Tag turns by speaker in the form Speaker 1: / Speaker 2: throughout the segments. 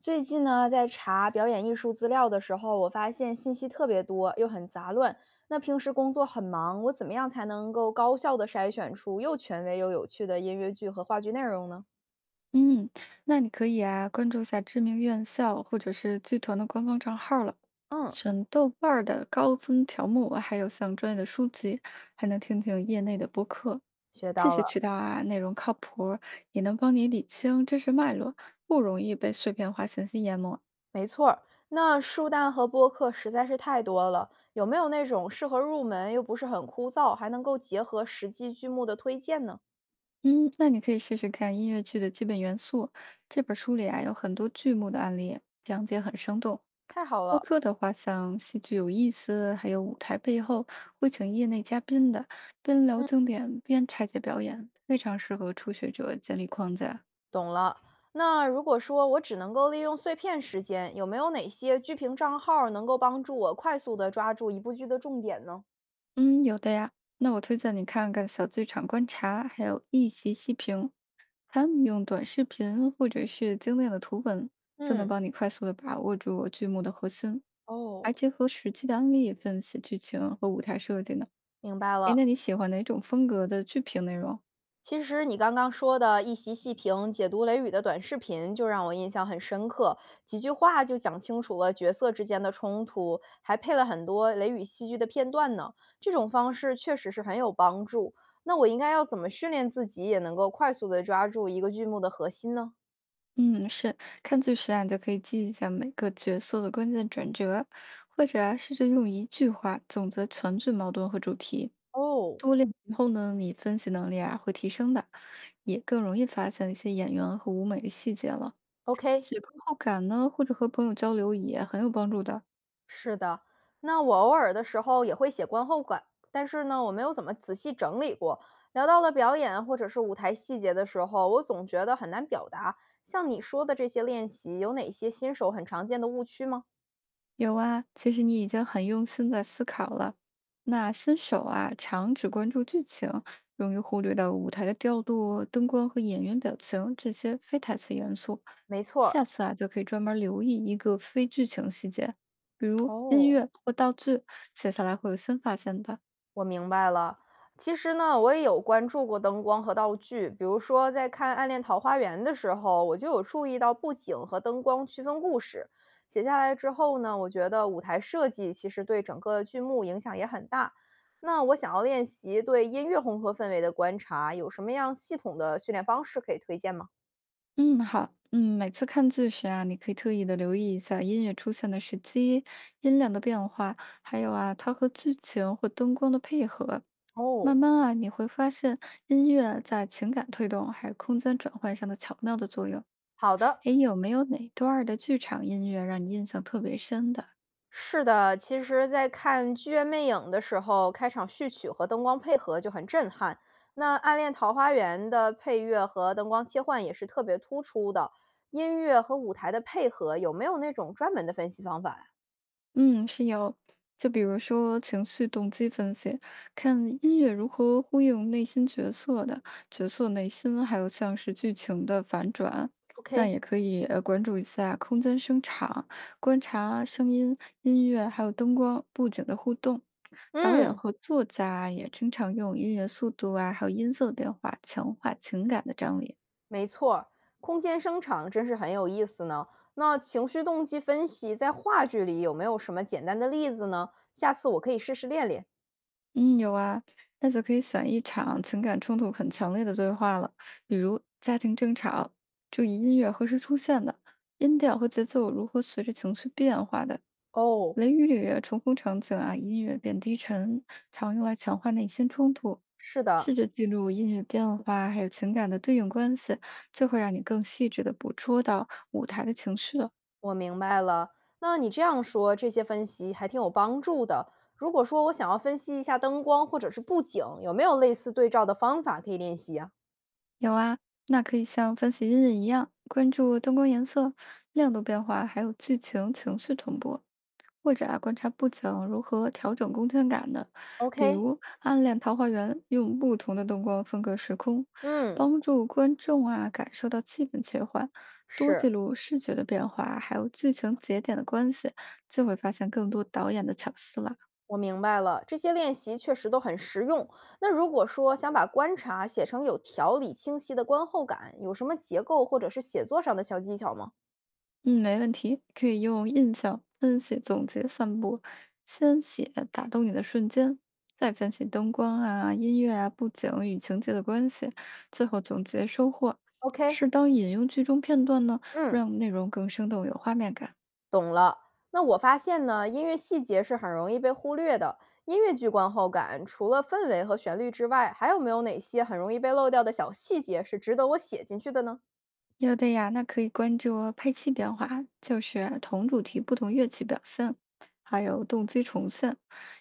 Speaker 1: 最近呢，在查表演艺术资料的时候，我发现信息特别多，又很杂乱。那平时工作很忙，我怎么样才能够高效的筛选出又权威又有趣的音乐剧和话剧内容呢？
Speaker 2: 嗯，那你可以啊，关注下知名院校或者是剧团的官方账号了，
Speaker 1: 嗯，
Speaker 2: 选豆瓣儿的高分条目，还有像专业的书籍，还能听听业内的播客，
Speaker 1: 学
Speaker 2: 这
Speaker 1: 到
Speaker 2: 些
Speaker 1: 了，
Speaker 2: 渠道啊，内容靠谱，也能帮你理清知识脉络，不容易被碎片化信息淹没。
Speaker 1: 没错儿。那书单和播客实在是太多了，有没有那种适合入门又不是很枯燥，还能够结合实际剧目的推荐呢？
Speaker 2: 嗯，那你可以试试看音乐剧的基本元素，这本书里啊有很多剧目的案例，讲解很生动。
Speaker 1: 太好
Speaker 2: 播
Speaker 1: 了，
Speaker 2: 客的话，像戏剧有意思，还有舞台背后会请业内嘉宾的，边聊经典边拆解表演，非常适合初学者建立框架。
Speaker 1: 懂了。那如果说我只能够利用碎片时间，有没有哪些剧评账号能够帮助我快速的抓住一部剧的重点呢？
Speaker 2: 嗯，有的呀。那我推荐你看看小剧场观察，还有一席细评，他们用短视频或者是精炼的图文，就能
Speaker 1: 嗯，
Speaker 2: 帮你快速的把握住剧目的核心，
Speaker 1: 哦，
Speaker 2: 还结合实际的案例分析剧情和舞台设计呢。
Speaker 1: 明白
Speaker 2: 诶，那
Speaker 1: 了。
Speaker 2: 你喜欢哪种风格的剧评内容？
Speaker 1: 其实你刚刚说的一席细评解读《雷雨》的短视频，就让我印象很深刻。几句话就讲清楚了角色之间的冲突，还配了很多《雷雨》戏剧的片段呢。这种方式确实是很有帮助。那我应该要怎么训练自己，也能够快速的抓住一个剧目的核心呢？
Speaker 2: 嗯，是，看剧时啊，你就可以记一下每个角色的关键转折，或者啊，试着用一句话总结全剧矛盾和主题。
Speaker 1: 哦，
Speaker 2: 多练以后呢，你分析能力啊会提升的，也更容易发现一些演员和舞美的细节了。
Speaker 1: OK，
Speaker 2: 写观后感呢，或者和朋友交流也很有帮助的。
Speaker 1: 是的。那我偶尔的时候也会写观后感，但是呢，我没有怎么仔细整理过。聊到了表演或者是舞台细节的时候，我总觉得很难表达。像你说的这些练习，有哪些新手很常见的误区吗？
Speaker 2: 有啊，其实你已经很用心在思考了。那新手啊，常只关注剧情，容易忽略到舞台的调度、灯光和演员表情这些非台词元素。
Speaker 1: 没错儿，
Speaker 2: 下次啊，就可以专门留意一个非剧情细节，比如音
Speaker 1: 哦，
Speaker 2: 乐或道具，写下来会有新发现的。
Speaker 1: 我明白了。其实呢，我也有关注过灯光和道具，比如说在看《暗恋桃花源》的时候，我就有注意到布景和灯光区分故事。写下来之后呢，我觉得舞台设计其实对整个剧目影响也很大。那我想要练习对音乐烘托氛围的观察，有什么样系统的训练方式可以推荐吗？
Speaker 2: 嗯，好，嗯，每次看剧时啊，你可以特意的留意一下音乐出现的时机、音量的变化，还有啊，它和剧情或灯光的配合。慢
Speaker 1: 哦，
Speaker 2: 慢啊，你会发现音乐在情感推动还有空间转换上的巧妙的作用。
Speaker 1: 好的，
Speaker 2: 诶，有没有哪段儿的剧场音乐让你印象特别深的？
Speaker 1: 是的，其实在看《剧院魅影》的时候，开场序曲和灯光配合就很震撼。那《暗恋桃花源》的配乐和灯光切换也是特别突出的，音乐和舞台的配合有没有那种专门的分析方法呀
Speaker 2: 嗯，是有。就比如说情绪动机分析，看音乐如何呼应内心角色的角色内心，还有像是剧情的反转。那
Speaker 1: ？OK，
Speaker 2: 也可以关注一下空间声场，观察声音、音乐还有灯光布景的互动。导演
Speaker 1: 嗯，
Speaker 2: 和作家啊也经常用音乐速度啊，还有音色的变化，强化情感的张力。
Speaker 1: 没错儿，空间声场真是很有意思呢。那情绪动机分析在话剧里有没有什么简单的例子呢？下次我可以试试练练。
Speaker 2: 嗯，有啊，那就可以选一场情感冲突很强烈的对话了，比如家庭争吵，注意音乐何时出现的，音调和节奏如何随着情绪变化的。
Speaker 1: 哦，
Speaker 2: 雷雨里啊重逢场景啊，音乐变低沉，常用来强化内心冲突。
Speaker 1: 是
Speaker 2: 试
Speaker 1: 的，
Speaker 2: 着记录音乐变化，还有情感的对应关系，就会让你更细致的捕捉到舞台的情绪了。
Speaker 1: 我明白了，那你这样说，这些分析还挺有帮助的。如果说我想要分析一下灯光或者是布景，有没有类似对照的方法可以练习啊
Speaker 2: 有啊，那可以像分析音乐一样，关注灯光颜色、亮度变化，还有剧情情绪同步，或者啊观察布景如何调整空间感的，比
Speaker 1: ？OK，
Speaker 2: 如《暗恋桃花源》用不同的灯光分隔时空，
Speaker 1: 嗯，
Speaker 2: 帮助观众啊感受到气氛切换。多记
Speaker 1: 是，
Speaker 2: 录视觉的变化，还有剧情节点的关系，就会发现更多导演的巧思了。
Speaker 1: 我明白了，这些练习确实都很实用。那如果说想把观察写成有条理、清晰的观后感，有什么结构或者是写作上的小技巧吗
Speaker 2: 嗯，没问题，可以用印象分析、总结、散步，先写打动你的瞬间，再分析灯光啊、音乐啊、布景与情节的关系，最后总结收获。
Speaker 1: ？OK，
Speaker 2: 适当引用剧中片段呢，
Speaker 1: 嗯。
Speaker 2: 让内容更生动有画面感。
Speaker 1: 懂了。那我发现呢，音乐细节是很容易被忽略的。音乐剧观后感除了氛围和旋律之外，还有没有哪些很容易被漏掉的小细节是值得我写进去的呢
Speaker 2: 有的呀，那可以关注哦。配器变化，就是同主题不同乐器表现，还有动机重现，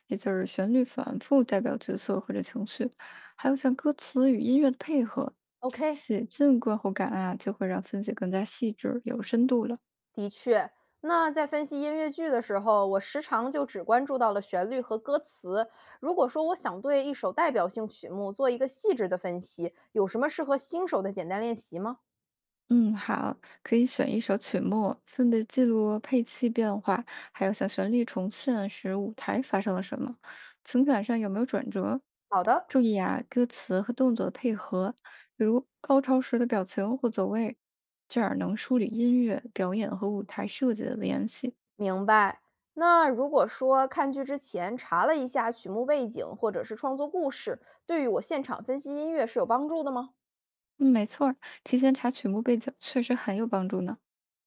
Speaker 2: 也就是旋律反复代表角色或者情绪，还有像歌词与音乐的配合，
Speaker 1: ？OK，
Speaker 2: 写进观后感啊，就会让分析更加细致、有深度了。
Speaker 1: 的确。那在分析音乐剧的时候，我时常就只关注到了旋律和歌词。如果说我想对一首代表性曲目做一个细致的分析，有什么适合新手的简单练习吗？
Speaker 2: 嗯，好，可以选一首曲目，分别记录配器变化，还有像旋律重现时舞台发生了什么，情感上有没有转折。
Speaker 1: 好的，
Speaker 2: 注意啊，歌词和动作的配合，比如高潮时的表情或走位，这样能梳理音乐、表演和舞台设计的联系。
Speaker 1: 明白。那如果说看剧之前查了一下曲目背景或者是创作故事，对于我现场分析音乐是有帮助的吗？
Speaker 2: 嗯，没错儿，提前查曲目背景确实很有帮助呢。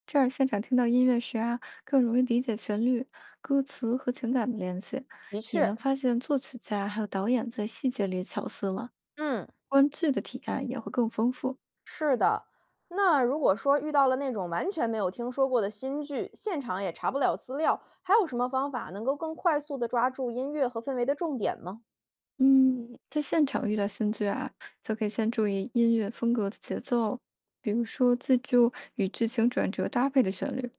Speaker 2: 这样现场听到音乐时啊，更容易理解旋律、歌词和情感的联系，
Speaker 1: 的
Speaker 2: 也
Speaker 1: 确，
Speaker 2: 能发现作曲家还有导演在细节里巧思了，
Speaker 1: 嗯，
Speaker 2: 观剧的体验也会更丰富。
Speaker 1: 是的。那如果说遇到了那种完全没有听说过的新剧，现场也查不了资料，还有什么方法能够更快速的抓住音乐和氛围的重点吗
Speaker 2: 嗯，在现场遇到新剧啊，就可以先注意音乐风格的节奏，比如说记住与剧情转折搭配的旋律，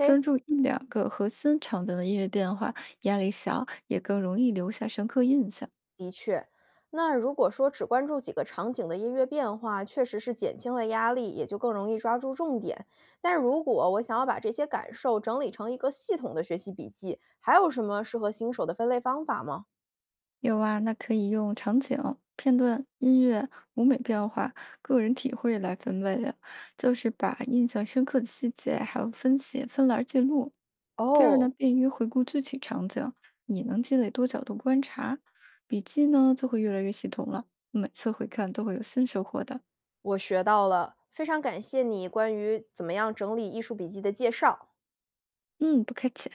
Speaker 2: 专注一两个核心场景的音乐变化，压力小，也更容易留下深刻印象。
Speaker 1: 的确，那如果说只关注几个场景的音乐变化，确实是减轻了压力，也就更容易抓住重点。但如果我想要把这些感受整理成一个系统的学习笔记，还有什么适合新手的分类方法吗？
Speaker 2: 有啊，那可以用场景、片段、音乐、舞美变化、个人体会来分类啊，就是把印象深刻的细节还有分析分栏儿记录，这样呢
Speaker 1: 哦，
Speaker 2: 便于回顾具体场景，也能积累多角度观察，笔记呢就会越来越系统了，每次回看都会有新收获的。
Speaker 1: 我学到了，非常感谢你关于怎么样整理艺术笔记的介绍。
Speaker 2: 嗯，不客气。